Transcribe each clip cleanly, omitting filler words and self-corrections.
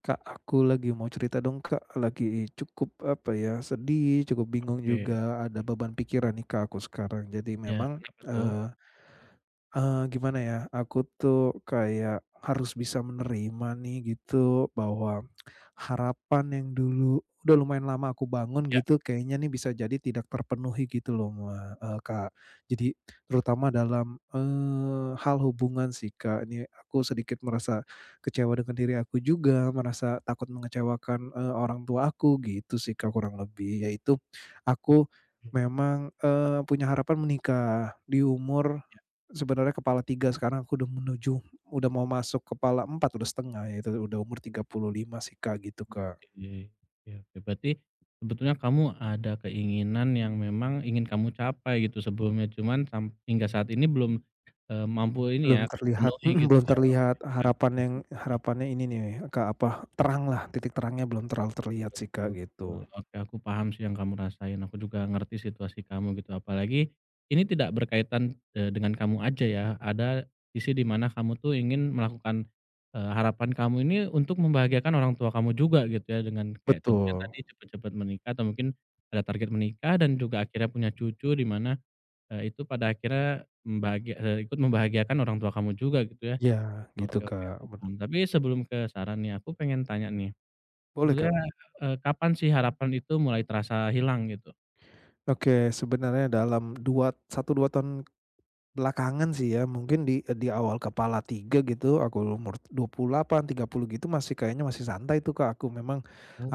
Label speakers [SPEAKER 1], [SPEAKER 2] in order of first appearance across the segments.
[SPEAKER 1] Kak, aku lagi mau cerita dong, Kak, lagi cukup apa ya, sedih, cukup bingung
[SPEAKER 2] Oke,
[SPEAKER 1] juga, ada beban pikiran nih, Kak, aku sekarang. Jadi
[SPEAKER 2] ya
[SPEAKER 1] memang,
[SPEAKER 2] kenapa tuh?
[SPEAKER 1] eee eee, gimana ya, aku tuh kayak harus bisa menerima nih gitu bahwa harapan yang dulu udah lumayan lama aku bangun
[SPEAKER 2] Ya.
[SPEAKER 1] gitu kayaknya nih bisa jadi tidak terpenuhi gitu loh, Kak. Jadi terutama dalam, hal hubungan sih, Kak, ini aku sedikit merasa kecewa dengan diri aku juga, merasa takut mengecewakan, orang tua aku gitu sih, Kak, kurang lebih. Yaitu aku memang, punya harapan menikah di umur, sebenarnya kepala 3 sekarang aku udah udah mau masuk kepala empat, udah setengah ya, itu udah umur 35 sih, Kak, gitu, Kak.
[SPEAKER 2] Oke, ya oke. Berarti sebetulnya kamu ada keinginan yang memang ingin kamu capai gitu sebelumnya, cuman hingga saat ini belum, mampu ini ya,
[SPEAKER 1] Belum
[SPEAKER 2] kamu
[SPEAKER 1] terlihat,
[SPEAKER 2] penuhi gitu
[SPEAKER 1] belum
[SPEAKER 2] ya.
[SPEAKER 1] terlihat harapan
[SPEAKER 2] Oke.
[SPEAKER 1] yang, harapannya ini nih, Kak, apa, terang lah titik terangnya belum terlalu terlihat sih, Kak,
[SPEAKER 2] Betul
[SPEAKER 1] gitu.
[SPEAKER 2] betul. Oke, aku paham sih yang kamu rasain. Aku juga ngerti situasi kamu gitu. Apalagi ini tidak berkaitan, dengan kamu aja ya. Ada sisi di mana kamu tuh ingin melakukan, harapan kamu ini untuk membahagiakan orang tua kamu juga gitu ya, dengan kayak contohnya
[SPEAKER 1] Betul.
[SPEAKER 2] tadi cepet-cepet menikah atau mungkin ada target menikah dan juga akhirnya punya cucu di mana, itu pada akhirnya ikut membahagiakan orang tua kamu juga gitu ya.
[SPEAKER 1] Iya, gitu,
[SPEAKER 2] Oke oke,
[SPEAKER 1] Kak,
[SPEAKER 2] aku
[SPEAKER 1] bener.
[SPEAKER 2] paham. Tapi sebelum ke saran nih, aku pengen tanya nih.
[SPEAKER 1] Boleh, Kak.
[SPEAKER 2] Sebetulnya, kapan sih harapan itu mulai terasa hilang gitu?
[SPEAKER 1] Oke, sebenarnya dalam satu 2 tahun belakangan sih ya, mungkin di awal kepala 3 gitu, aku umur 28, 30 gitu masih kayaknya masih santai tuh, Kak.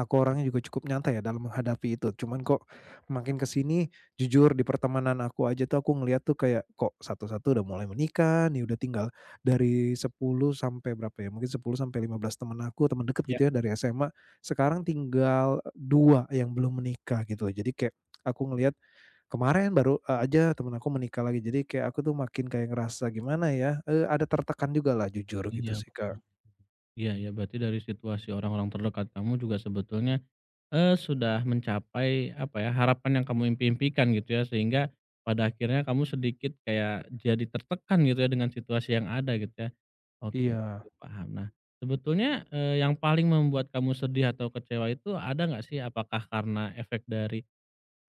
[SPEAKER 1] Aku orangnya juga cukup nyantai ya dalam menghadapi itu. Cuman kok makin ke sini, jujur di pertemanan aku aja tuh aku ngeliat tuh kayak kok satu-satu udah mulai menikah nih, udah tinggal dari 10 sampai berapa ya, mungkin 10 sampai 15 teman aku, teman deket
[SPEAKER 2] Iya
[SPEAKER 1] gitu ya dari SMA, sekarang tinggal 2 yang belum menikah gitu. Jadi kayak aku ngelihat, kemarin baru, aja temen aku menikah lagi, jadi kayak aku tuh makin kayak ngerasa gimana ya, ada tertekan juga lah jujur gitu
[SPEAKER 2] iya,
[SPEAKER 1] sih, Kak.
[SPEAKER 2] paham. Iya iya, berarti dari situasi orang-orang terdekat kamu juga sebetulnya, sudah mencapai apa ya, harapan yang kamu impi-impikan gitu ya, sehingga pada akhirnya kamu sedikit kayak jadi tertekan gitu ya dengan situasi yang ada gitu ya. Oke oke,
[SPEAKER 1] Iya,
[SPEAKER 2] aku paham. Nah, sebetulnya, yang paling membuat kamu sedih atau kecewa itu ada nggak sih? Apakah karena efek dari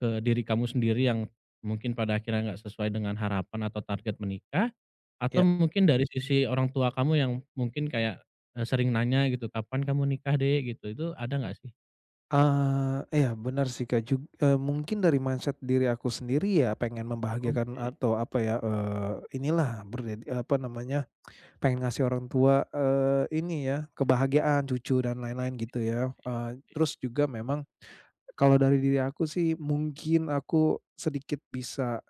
[SPEAKER 2] ke diri kamu sendiri yang mungkin pada akhirnya nggak sesuai dengan harapan atau target menikah, atau
[SPEAKER 1] iya,
[SPEAKER 2] mungkin dari sisi orang tua kamu yang mungkin kayak, sering nanya gitu, "Kapan kamu nikah, deh? Gitu, itu ada nggak sih?"
[SPEAKER 1] iya bener sih, Kak, mungkin dari mindset diri aku sendiri ya, pengen membahagiakan
[SPEAKER 2] Oke,
[SPEAKER 1] atau apa ya, inilah, apa namanya, pengen ngasih orang tua, ini ya, kebahagiaan, cucu dan lain-lain gitu ya, terus juga memang kalau dari diri aku sih mungkin aku sedikit bisa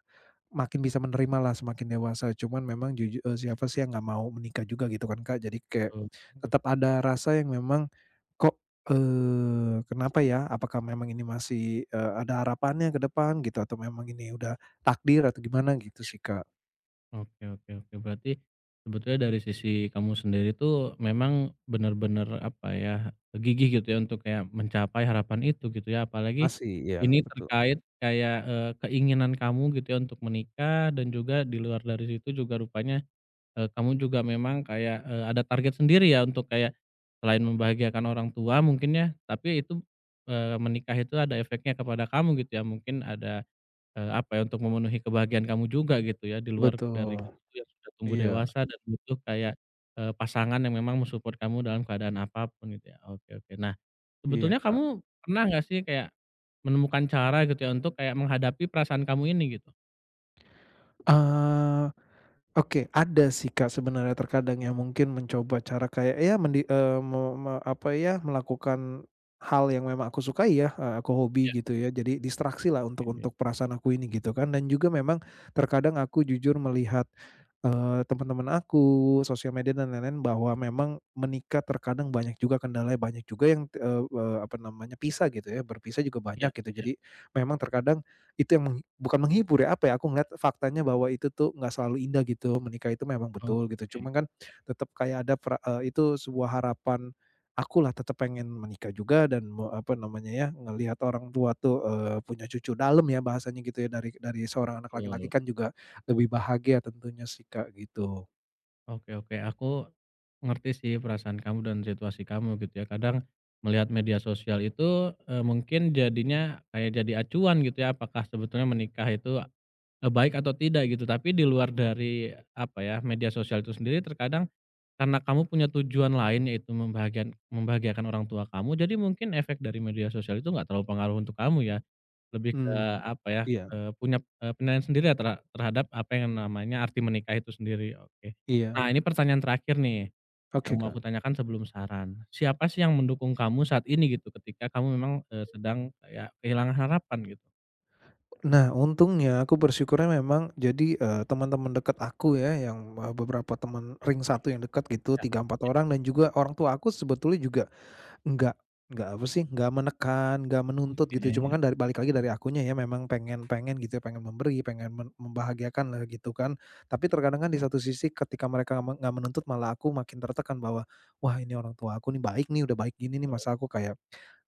[SPEAKER 1] makin bisa menerima lah semakin dewasa, cuman memang, siapa sih yang nggak mau menikah juga gitu kan, Kak. Jadi kayak
[SPEAKER 2] betul.
[SPEAKER 1] tetap ada rasa yang memang, "Kok, kenapa ya? Apakah memang ini masih, ada harapannya ke depan gitu atau memang ini udah takdir atau gimana?" Gitu sih, Kak.
[SPEAKER 2] Oke oke oke, berarti sebetulnya dari sisi kamu sendiri tuh memang benar-benar apa ya, gigih gitu ya untuk kayak mencapai harapan itu gitu ya, apalagi
[SPEAKER 1] Masih, iya,
[SPEAKER 2] ini
[SPEAKER 1] betul.
[SPEAKER 2] terkait kayak, keinginan kamu gitu ya untuk menikah dan juga di luar dari situ juga rupanya. Kamu juga memang kayak, ada target sendiri ya untuk kayak selain membahagiakan orang tua mungkin ya, tapi itu, menikah itu ada efeknya kepada kamu gitu ya. Mungkin ada, apa ya, untuk memenuhi kebahagiaan kamu juga gitu ya, di luar
[SPEAKER 1] Betul.
[SPEAKER 2] dari kamu yang sudah tumbuh
[SPEAKER 1] Iya,
[SPEAKER 2] dewasa dan butuh kayak, pasangan yang memang men-support kamu dalam keadaan apa pun gitu ya. Oke oke. Nah,
[SPEAKER 1] iya,
[SPEAKER 2] sebetulnya
[SPEAKER 1] Kak.
[SPEAKER 2] kamu pernah nggak sih kayak menemukan cara gitu ya untuk kayak menghadapi perasaan kamu ini gitu?
[SPEAKER 1] Eee Oke, ada sih, Kak, sebenarnya terkadang yang mungkin mencoba cara kayak ya, mendi eee, me me apa ya, melakukan hal yang memang aku sukai ya, aku hobi
[SPEAKER 2] Ya,
[SPEAKER 1] gitu ya. Jadi distraksi lah, untuk
[SPEAKER 2] oke.
[SPEAKER 1] untuk perasaan aku ini gitu kan dan juga memang terkadang aku jujur melihat, teman-teman aku, sosial media dan lain-lain, bahwa memang menikah terkadang banyak juga kendalanya, banyak juga yang, eee eee, apa namanya, pisah gitu ya, berpisah juga banyak
[SPEAKER 2] Iya
[SPEAKER 1] gitu.
[SPEAKER 2] iya.
[SPEAKER 1] Jadi memang terkadang itu yang, bukan menghibur ya, apa ya, aku ngelihat faktanya bahwa itu tuh nggak selalu indah gitu, menikah itu memang
[SPEAKER 2] Oke,
[SPEAKER 1] betul gitu. Cuma kan tetap kayak ada itu sebuah harapan akulah, tetap pengen menikah juga dan, apa namanya ya, ngelihat orang tua tuh, punya cucu dalem ya bahasanya gitu ya, dari seorang anak laki-laki
[SPEAKER 2] betul.
[SPEAKER 1] kan juga lebih bahagia tentunya sih, Kak, gitu.
[SPEAKER 2] Oke oke, aku ngerti sih perasaan kamu dan situasi kamu gitu ya. Kadang melihat media sosial itu, mungkin jadinya kayak jadi acuan gitu ya, apakah sebetulnya menikah itu, baik atau tidak gitu. Tapi di luar dari, apa ya, media sosial itu sendiri terkadang karena kamu punya tujuan lain yaitu membahagiakan orang tua kamu, jadi mungkin efek dari media sosial itu nggak terlalu pengaruh untuk kamu ya. Lebih ke
[SPEAKER 1] Mmm.
[SPEAKER 2] apa ya,
[SPEAKER 1] Iya,
[SPEAKER 2] punya, penilaian sendiri ya terhadap apa yang namanya arti menikah itu sendiri, oke.
[SPEAKER 1] iya.
[SPEAKER 2] Nah ini pertanyaan terakhir nih, yang
[SPEAKER 1] Oke,
[SPEAKER 2] mau aku
[SPEAKER 1] Kak.
[SPEAKER 2] tanyakan sebelum saran. Siapa sih yang mendukung kamu saat ini gitu ketika kamu memang, sedang kayak kehilangan harapan gitu?
[SPEAKER 1] Nah, untungnya aku bersyukurnya memang jadi, teman-teman dekat aku ya yang, beberapa teman
[SPEAKER 2] Oh,
[SPEAKER 1] ring satu yang dekat gitu,
[SPEAKER 2] ya,
[SPEAKER 1] tiga empat
[SPEAKER 2] ya,
[SPEAKER 1] orang dan juga orang tua aku sebetulnya juga Enggak enggak apa sih, enggak menekan, enggak menuntut gitu, cuma
[SPEAKER 2] oke.
[SPEAKER 1] kan, balik lagi dari akunya ya, memang pengen pengen gitu ya, pengen memberi, pengen membahagiakan lah gitu kan. Tapi terkadang kan di satu sisi ketika mereka nggak menuntut, malah aku makin tertekan bahwa, "Wah, ini orang tua aku nih baik nih, udah baik gini nih, masa aku kayak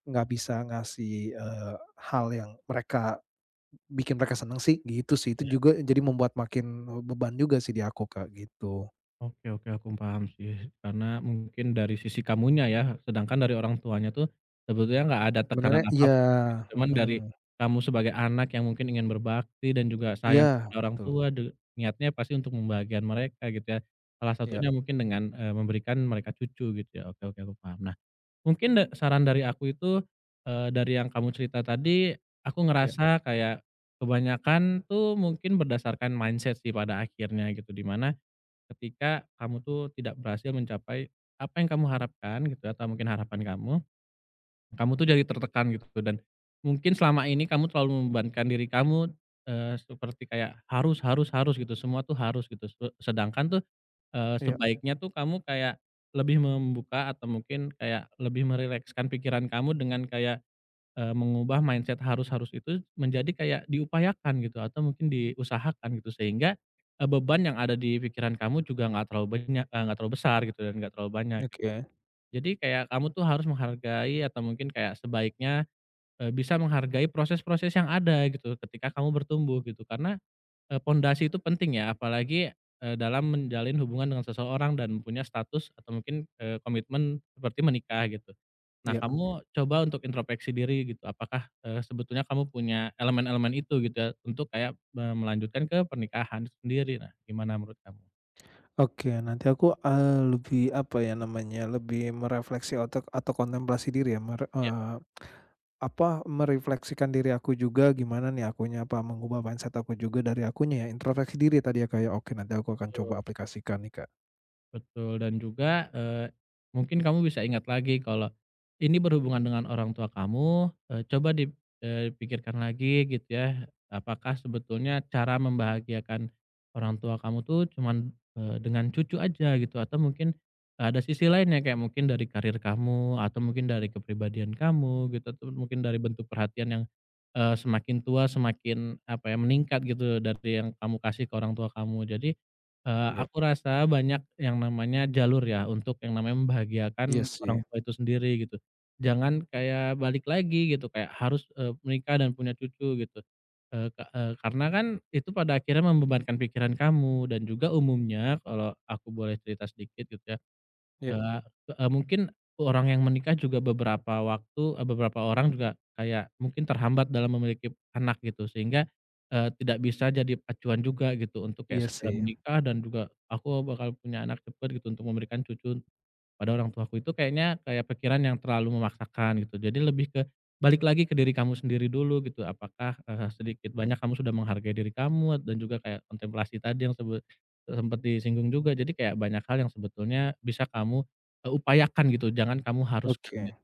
[SPEAKER 1] nggak bisa ngasih, hal yang mereka bikin mereka seneng sih?" Gitu sih, itu juga jadi membuat makin beban juga sih di aku, Kak, gitu.
[SPEAKER 2] Oke aku paham sih, karena mungkin dari sisi kamunya ya, sedangkan dari orang tuanya tuh sebetulnya nggak ada
[SPEAKER 1] Sebenarnya
[SPEAKER 2] tekanan
[SPEAKER 1] iya,
[SPEAKER 2] apapun gitu, cuman
[SPEAKER 1] mhm,
[SPEAKER 2] dari kamu sebagai anak yang mungkin ingin berbakti dan juga sayang
[SPEAKER 1] iya
[SPEAKER 2] kepada orang
[SPEAKER 1] betul,
[SPEAKER 2] tua niatnya pasti untuk membahagiakan mereka gitu ya, salah
[SPEAKER 1] iya,
[SPEAKER 2] satunya mungkin dengan, memberikan mereka cucu gitu ya, oke oke aku paham. Nah mungkin saran dari aku itu, dari yang kamu cerita tadi, aku
[SPEAKER 1] iya,
[SPEAKER 2] ngerasa kayak kebanyakan tuh mungkin berdasarkan mindset sih pada akhirnya gitu, di mana ketika kamu tuh tidak berhasil mencapai apa yang kamu harapkan gitu atau mungkin harapan kamu, kamu tuh jadi tertekan gitu dan mungkin selama ini kamu terlalu membebankan diri kamu, seperti kayak harus harus harus gitu, semua tuh harus gitu. Sedangkan tuh,
[SPEAKER 1] iya,
[SPEAKER 2] sebaiknya tuh kamu kayak lebih membuka atau mungkin kayak lebih merilekskan pikiran kamu dengan kayak mengubah mindset harus-harus itu menjadi kayak diupayakan gitu atau mungkin diusahakan gitu sehingga, beban yang ada di pikiran kamu juga nggak terlalu banyak nggak terlalu besar gitu dan nggak terlalu banyak gitu.
[SPEAKER 1] oke.
[SPEAKER 2] Jadi kayak kamu tuh harus menghargai atau mungkin kayak sebaiknya, bisa menghargai proses-proses yang ada gitu ketika kamu bertumbuh gitu karena, pondasi itu penting ya, apalagi, dalam menjalin hubungan dengan seseorang dan punya status atau mungkin, komitmen seperti menikah gitu. Nah,
[SPEAKER 1] Iya,
[SPEAKER 2] kamu coba untuk introspeksi diri gitu, apakah, sebetulnya kamu punya elemen-elemen itu gitu ya, untuk kayak, melanjutkan ke pernikahan itu sendiri. Nah, gimana menurut kamu?
[SPEAKER 1] oke. Nanti aku, lebih apa ya namanya, lebih merefleksi otak atau kontemplasi diri ya,
[SPEAKER 2] Ya,
[SPEAKER 1] apa, merefleksikan diri aku juga, gimana nih akunya, apa, mengubah mindset aku juga dari akunya ya, introspeksi diri tadi ya, kayak, oke, nanti aku akan coba
[SPEAKER 2] betul.
[SPEAKER 1] aplikasikan nih, Kak.
[SPEAKER 2] Betul dan juga, mungkin kamu bisa ingat lagi kalau ini berhubungan dengan orang tua kamu, coba dipikirkan lagi gitu ya, apakah sebetulnya cara membahagiakan orang tua kamu tuh cuman, dengan cucu aja gitu atau mungkin ada sisi lainnya kayak mungkin dari karir kamu atau mungkin dari kepribadian kamu gitu atau mungkin dari bentuk perhatian yang, semakin tua semakin apa ya, meningkat gitu dari yang kamu kasih ke orang tua kamu. Jadi
[SPEAKER 1] Iya.
[SPEAKER 2] aku rasa banyak yang namanya jalur ya, untuk yang namanya
[SPEAKER 1] Iya
[SPEAKER 2] membahagiakan
[SPEAKER 1] sih,
[SPEAKER 2] orang tua itu sendiri gitu. Jangan kayak balik lagi gitu, kayak harus, menikah dan punya cucu gitu. Karena kan itu pada akhirnya membebankan pikiran kamu dan juga umumnya kalau aku boleh cerita sedikit gitu ya.
[SPEAKER 1] iya,
[SPEAKER 2] Eee eee, mungkin orang yang menikah juga beberapa orang juga kayak mungkin terhambat dalam memiliki anak gitu sehingga, tidak bisa jadi pacuan juga gitu untuk kayak
[SPEAKER 1] iya
[SPEAKER 2] segera
[SPEAKER 1] sih.
[SPEAKER 2] menikah dan juga, "Aku bakal punya anak cepet," gitu untuk memberikan cucu pada orang tuaku itu kayaknya kayak pikiran yang terlalu memaksakan gitu. Jadi lebih ke balik lagi ke diri kamu sendiri dulu gitu. Apakah, sedikit banyak kamu sudah menghargai diri kamu dan juga kayak kontemplasi tadi yang sempat disinggung juga. Jadi kayak banyak hal yang sebetulnya bisa kamu, upayakan gitu, jangan kamu haruskan
[SPEAKER 1] Oke.
[SPEAKER 2] gitu.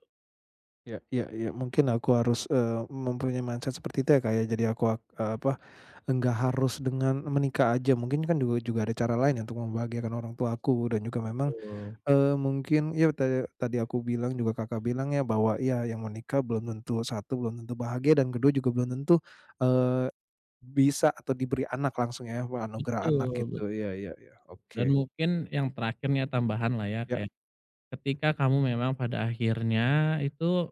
[SPEAKER 1] Ya, ya, ya, mungkin aku harus, mempunyai mindset seperti itu ya, kayak, jadi aku, enggak harus dengan menikah aja, mungkin kan juga, ada cara lain ya untuk membahagiakan orang tua aku dan juga memang,
[SPEAKER 2] Betul.
[SPEAKER 1] Mungkin ya, tadi tadi aku bilang juga Kakak bilang ya, bahwa ya, yang menikah belum tentu, satu, belum tentu bahagia, dan kedua juga belum tentu, eee, bisa atau diberi anak langsung, ya, anugerah anak
[SPEAKER 2] Betul bet
[SPEAKER 1] gitu ya, ya, ya,
[SPEAKER 2] dan
[SPEAKER 1] oke,
[SPEAKER 2] mungkin yang terakhirnya tambahan lah ya,
[SPEAKER 1] ya,
[SPEAKER 2] kayak ketika kamu memang pada akhirnya itu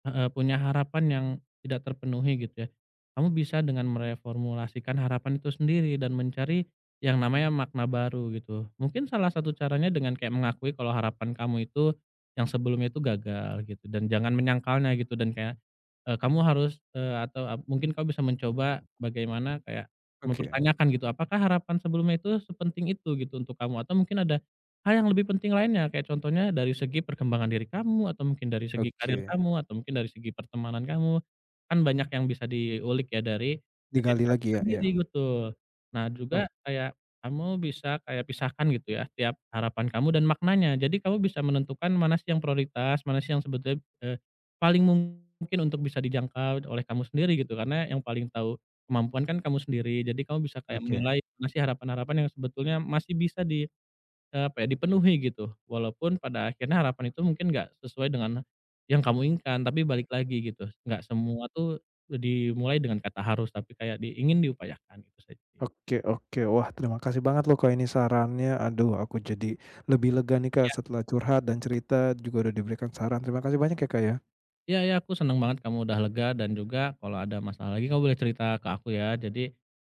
[SPEAKER 2] heeh, punya harapan yang tidak terpenuhi gitu ya. Kamu bisa dengan mereformulasikan harapan itu sendiri dan mencari yang namanya makna baru gitu. Mungkin salah satu caranya dengan kayak mengakui kalau harapan kamu itu yang sebelumnya itu gagal gitu dan jangan menyangkalnya gitu dan kayak kamu harus, eee, atau ap mungkin kamu bisa mencoba bagaimana kayak
[SPEAKER 1] oke,
[SPEAKER 2] mempertanyakan gitu, apakah harapan sebelumnya itu sepenting itu gitu untuk kamu? Atau mungkin ada hal yang lebih penting lainnya, kayak contohnya dari segi perkembangan diri kamu, atau mungkin dari segi karir
[SPEAKER 1] oke,
[SPEAKER 2] kamu, atau mungkin dari segi pertemanan kamu. Kan banyak yang bisa diulik ya dari diri
[SPEAKER 1] digali
[SPEAKER 2] kamu
[SPEAKER 1] lagi ya, ya,
[SPEAKER 2] sendiri gitu. Nah juga
[SPEAKER 1] ok,
[SPEAKER 2] kayak kamu bisa kayak pisahkan gitu ya tiap harapan kamu dan maknanya. Jadi kamu bisa menentukan mana sih yang prioritas, mana sih yang sebetulnya, paling mungkin untuk bisa dijangkau oleh kamu sendiri gitu, karena yang paling tahu kemampuan kan kamu sendiri. Jadi kamu bisa kayak
[SPEAKER 1] oke,
[SPEAKER 2] menilai mana sih harapan-harapan yang sebetulnya masih bisa apa ya, dipenuhi gitu. Walaupun pada akhirnya harapan itu mungkin nggak sesuai dengan yang kamu inginkan, tapi balik lagi gitu, nggak semua tuh dimulai dengan kata harus, tapi kayak diupayakan, itu saja.
[SPEAKER 1] oke, oke, wah, terima kasih banget loh, Kak, ini sarannya, aduh, aku jadi lebih lega nih, Kak, setelah curhat dan cerita juga udah diberikan saran, terima kasih banyak ya, Kak, ya,
[SPEAKER 2] Iya ya, aku seneng banget kamu udah lega dan juga kalau ada masalah lagi kamu boleh cerita ke aku ya. Jadi,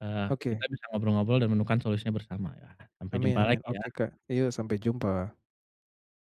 [SPEAKER 2] eee, kita
[SPEAKER 1] oke,
[SPEAKER 2] bisa ngobrol-ngobrol dan menemukan solusinya bersama ya. Sampai
[SPEAKER 1] amin,
[SPEAKER 2] jumpa
[SPEAKER 1] amin,
[SPEAKER 2] lagi
[SPEAKER 1] oke,
[SPEAKER 2] ya.
[SPEAKER 1] Kak, yuk, sampai jumpa.